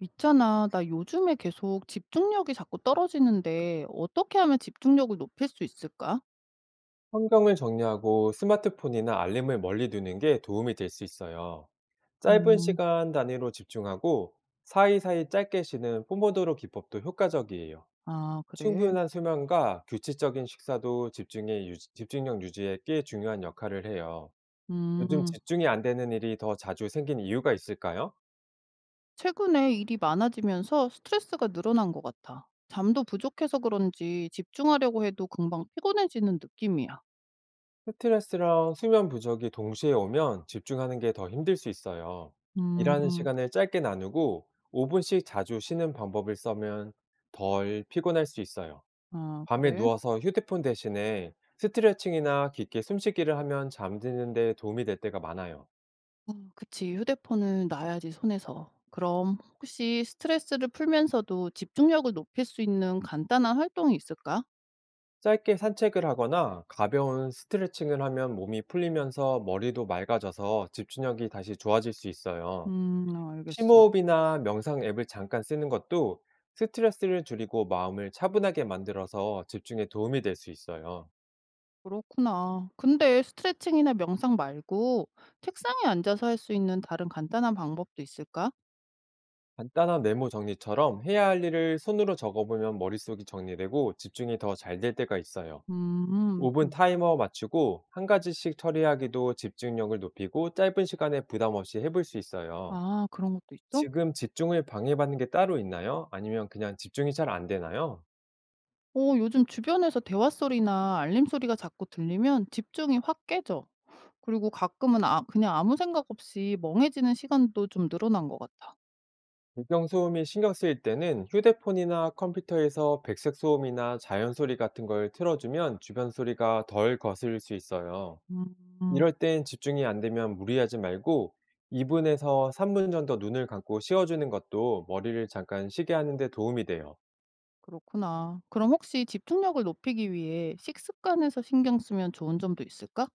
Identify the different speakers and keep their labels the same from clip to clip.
Speaker 1: 있잖아, 나 요즘에 계속 집중력이 자꾸 떨어지는데 어떻게 하면 집중력을 높일 수 있을까?
Speaker 2: 환경을 정리하고 스마트폰이나 알림을 멀리 두는 게 도움이 될 수 있어요. 짧은
Speaker 1: 음,
Speaker 2: 시간 단위로 집중하고 사이사이 짧게 쉬는 포모도로 기법도 효과적이에요.
Speaker 1: 아, 그래.
Speaker 2: 충분한 수면과 규칙적인 식사도 집중력 유지에 꽤 중요한 역할을 해요. 요즘
Speaker 1: 음,
Speaker 2: 집중이 안 되는 일이 더 자주 생긴 이유가 있을까요?
Speaker 1: 최근에 일이 많아지면서 스트레스가 늘어난 것 같아. 잠도 부족해서 그런지 집중하려고 해도 금방 피곤해지는 느낌이야.
Speaker 2: 스트레스랑 수면 부족이 동시에 오면 집중하는 게 더 힘들 수 있어요. 일하는
Speaker 1: 음,
Speaker 2: 시간을 짧게 나누고 5분씩 자주 쉬는 방법을 써면 덜 피곤할 수 있어요.
Speaker 1: 아,
Speaker 2: 밤에
Speaker 1: 그래?
Speaker 2: 누워서 휴대폰 대신에 스트레칭이나 깊게 숨쉬기를 하면 잠드는 데 도움이 될 때가 많아요.
Speaker 1: 그치, 휴대폰을 놔야지 손에서. 그럼 혹시 스트레스를 풀면서도 집중력을 높일 수 있는 간단한 활동이 있을까?
Speaker 2: 짧게 산책을 하거나 가벼운 스트레칭을 하면 몸이 풀리면서 머리도 맑아져서 집중력이 다시 좋아질 수 있어요.
Speaker 1: 어, 알겠어.
Speaker 2: 심호흡이나 명상 앱을 잠깐 쓰는 것도 스트레스를 줄이고 마음을 차분하게 만들어서 집중에 도움이 될 수 있어요.
Speaker 1: 그렇구나. 근데 스트레칭이나 명상 말고 책상에 앉아서 할 수 있는 다른 간단한 방법도 있을까?
Speaker 2: 간단한 메모 정리처럼 해야 할 일을 손으로 적어보면 머릿속이 정리되고 집중이 더 잘 될 때가 있어요.
Speaker 1: 음,
Speaker 2: 5분
Speaker 1: 음.
Speaker 2: 타이머 맞추고 한 가지씩 처리하기도 집중력을 높이고 짧은 시간에 부담 없이 해볼 수 있어요.
Speaker 1: 아, 그런 것도 있어?
Speaker 2: 지금 집중을 방해받는 게 따로 있나요? 아니면 그냥 집중이 잘 안 되나요?
Speaker 1: 어, 요즘 주변에서 대화 소리나 알림 소리가 자꾸 들리면 집중이 확 깨져. 그리고 가끔은 아, 그냥 아무 생각 없이 멍해지는 시간도 좀 늘어난 것 같아.
Speaker 2: 배경 소음이 신경 쓰일 때는 휴대폰이나 컴퓨터에서 백색 소음이나 자연 소리 같은 걸 틀어주면 주변 소리가 덜 거슬릴 수 있어요.
Speaker 1: 음,
Speaker 2: 이럴 땐 집중이 안 되면 무리하지 말고 2분에서 3분 정도 눈을 감고 쉬어주는 것도 머리를 잠깐 쉬게 하는데 도움이 돼요.
Speaker 1: 그렇구나. 그럼 혹시 집중력을 높이기 위해 식습관에서 신경 쓰면 좋은 점도 있을까?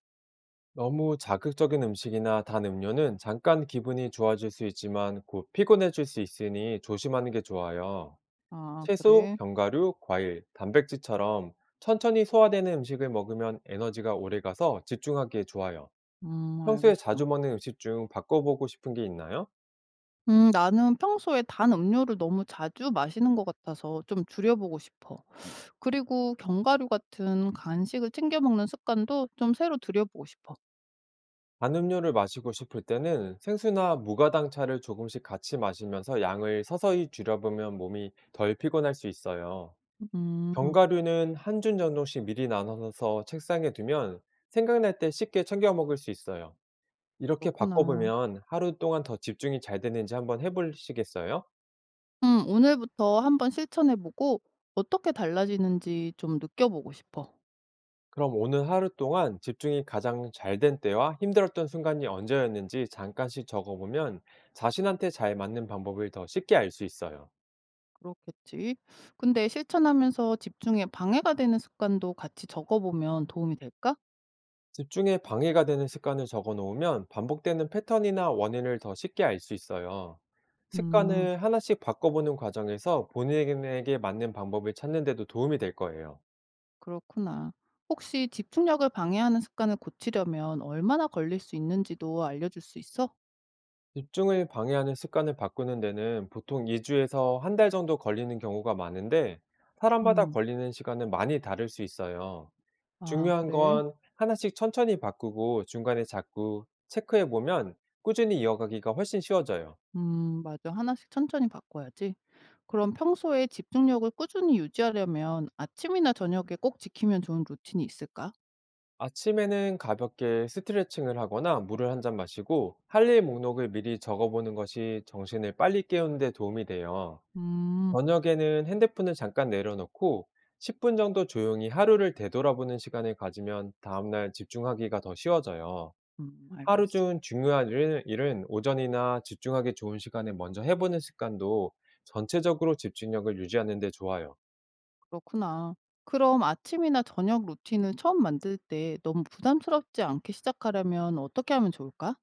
Speaker 2: 너무 자극적인 음식이나 단 음료는 잠깐 기분이 좋아질 수 있지만 곧 피곤해질 수 있으니 조심하는 게 좋아요.
Speaker 1: 아,
Speaker 2: 채소,
Speaker 1: 그래?
Speaker 2: 견과류, 과일, 단백질처럼 천천히 소화되는 음식을 먹으면 에너지가 오래 가서 집중하기에 좋아요. 평소에
Speaker 1: 알겠어.
Speaker 2: 자주 먹는 음식 중 바꿔보고 싶은 게 있나요?
Speaker 1: 나는 평소에 단 음료를 너무 자주 마시는 것 같아서 좀 줄여보고 싶어. 그리고 견과류 같은 간식을 챙겨 먹는 습관도 좀 새로 들여보고 싶어.
Speaker 2: 단 음료를 마시고 싶을 때는 생수나 무가당차를 조금씩 같이 마시면서 양을 서서히 줄여보면 몸이 덜 피곤할 수 있어요.
Speaker 1: 음,
Speaker 2: 견과류는 한 줌 정도씩 미리 나눠서 책상에 두면 생각날 때 쉽게 챙겨 먹을 수 있어요. 이렇게
Speaker 1: 그렇구나.
Speaker 2: 바꿔보면 하루 동안 더 집중이 잘 되는지 한번 해보시겠어요?
Speaker 1: 오늘부터 한번 실천해보고 어떻게 달라지는지 좀 느껴보고 싶어.
Speaker 2: 그럼 오늘 하루 동안 집중이 가장 잘된 때와 힘들었던 순간이 언제였는지 잠깐씩 적어보면 자신한테 잘 맞는 방법을 더 쉽게 알 수 있어요.
Speaker 1: 그렇겠지. 근데 실천하면서 집중에 방해가 되는 습관도 같이 적어보면 도움이 될까?
Speaker 2: 집중에 방해가 되는 습관을 적어 놓으면 반복되는 패턴이나 원인을 더 쉽게 알 수 있어요.
Speaker 1: 음.
Speaker 2: 습관을 하나씩 바꿔보는 과정에서 본인에게 맞는 방법을 찾는 데도 도움이 될 거예요.
Speaker 1: 그렇구나. 혹시 집중력을 방해하는 습관을 고치려면 얼마나 걸릴 수 있는지도 알려줄 수 있어?
Speaker 2: 집중을 방해하는 습관을 바꾸는 데는 보통 2주에서 한 달 정도 걸리는 경우가 많은데 사람마다
Speaker 1: 음,
Speaker 2: 걸리는 시간은 많이 다를 수 있어요.
Speaker 1: 아,
Speaker 2: 중요한
Speaker 1: 그래.
Speaker 2: 건 하나씩 천천히 바꾸고 중간에 자꾸 체크해 보면 꾸준히 이어가기가 훨씬 쉬워져요.
Speaker 1: 맞아. 하나씩 천천히 바꿔야지. 그럼 평소에 집중력을 꾸준히 유지하려면 아침이나 저녁에 꼭 지키면 좋은 루틴이 있을까?
Speaker 2: 아침에는 가볍게 스트레칭을 하거나 물을 한 잔 마시고 할 일 목록을 미리 적어보는 것이 정신을 빨리 깨우는 데 도움이 돼요.
Speaker 1: 음,
Speaker 2: 저녁에는 핸드폰을 잠깐 내려놓고 10분 정도 조용히 하루를 되돌아보는 시간을 가지면 다음날 집중하기가 더 쉬워져요. 하루
Speaker 1: 알겠어.
Speaker 2: 중 중요한 일 일은 오전이나 집중하기 좋은 시간에 먼저 해보는 습관도 전체적으로 집중력을 유지하는 데 좋아요.
Speaker 1: 그렇구나. 그럼 아침이나 저녁 루틴을 처음 만들 때 너무 부담스럽지 않게 시작하려면 어떻게 하면 좋을까?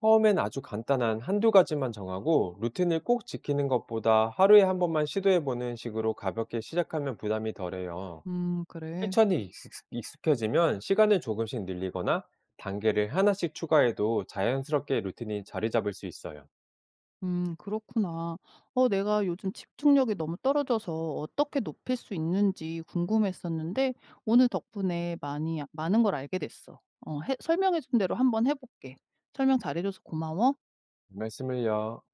Speaker 2: 처음엔 아주 간단한 한두 가지만 정하고 루틴을 꼭 지키는 것보다 하루에 한 번만 시도해보는 식으로 가볍게 시작하면 부담이 덜해요.
Speaker 1: 그래.
Speaker 2: 실천이 익숙해지면 시간을 조금씩 늘리거나 단계를 하나씩 추가해도 자연스럽게 루틴이 자리 잡을 수 있어요.
Speaker 1: 그렇구나. 내가 요즘 집중력이 너무 떨어져서 어떻게 높일 수 있는지 궁금했었는데 오늘 덕분에 많이 많은 걸 알게 됐어. 어 해 설명해 준 대로 한번 해 볼게. 설명 잘해 줘서 고마워.
Speaker 2: 말씀을요.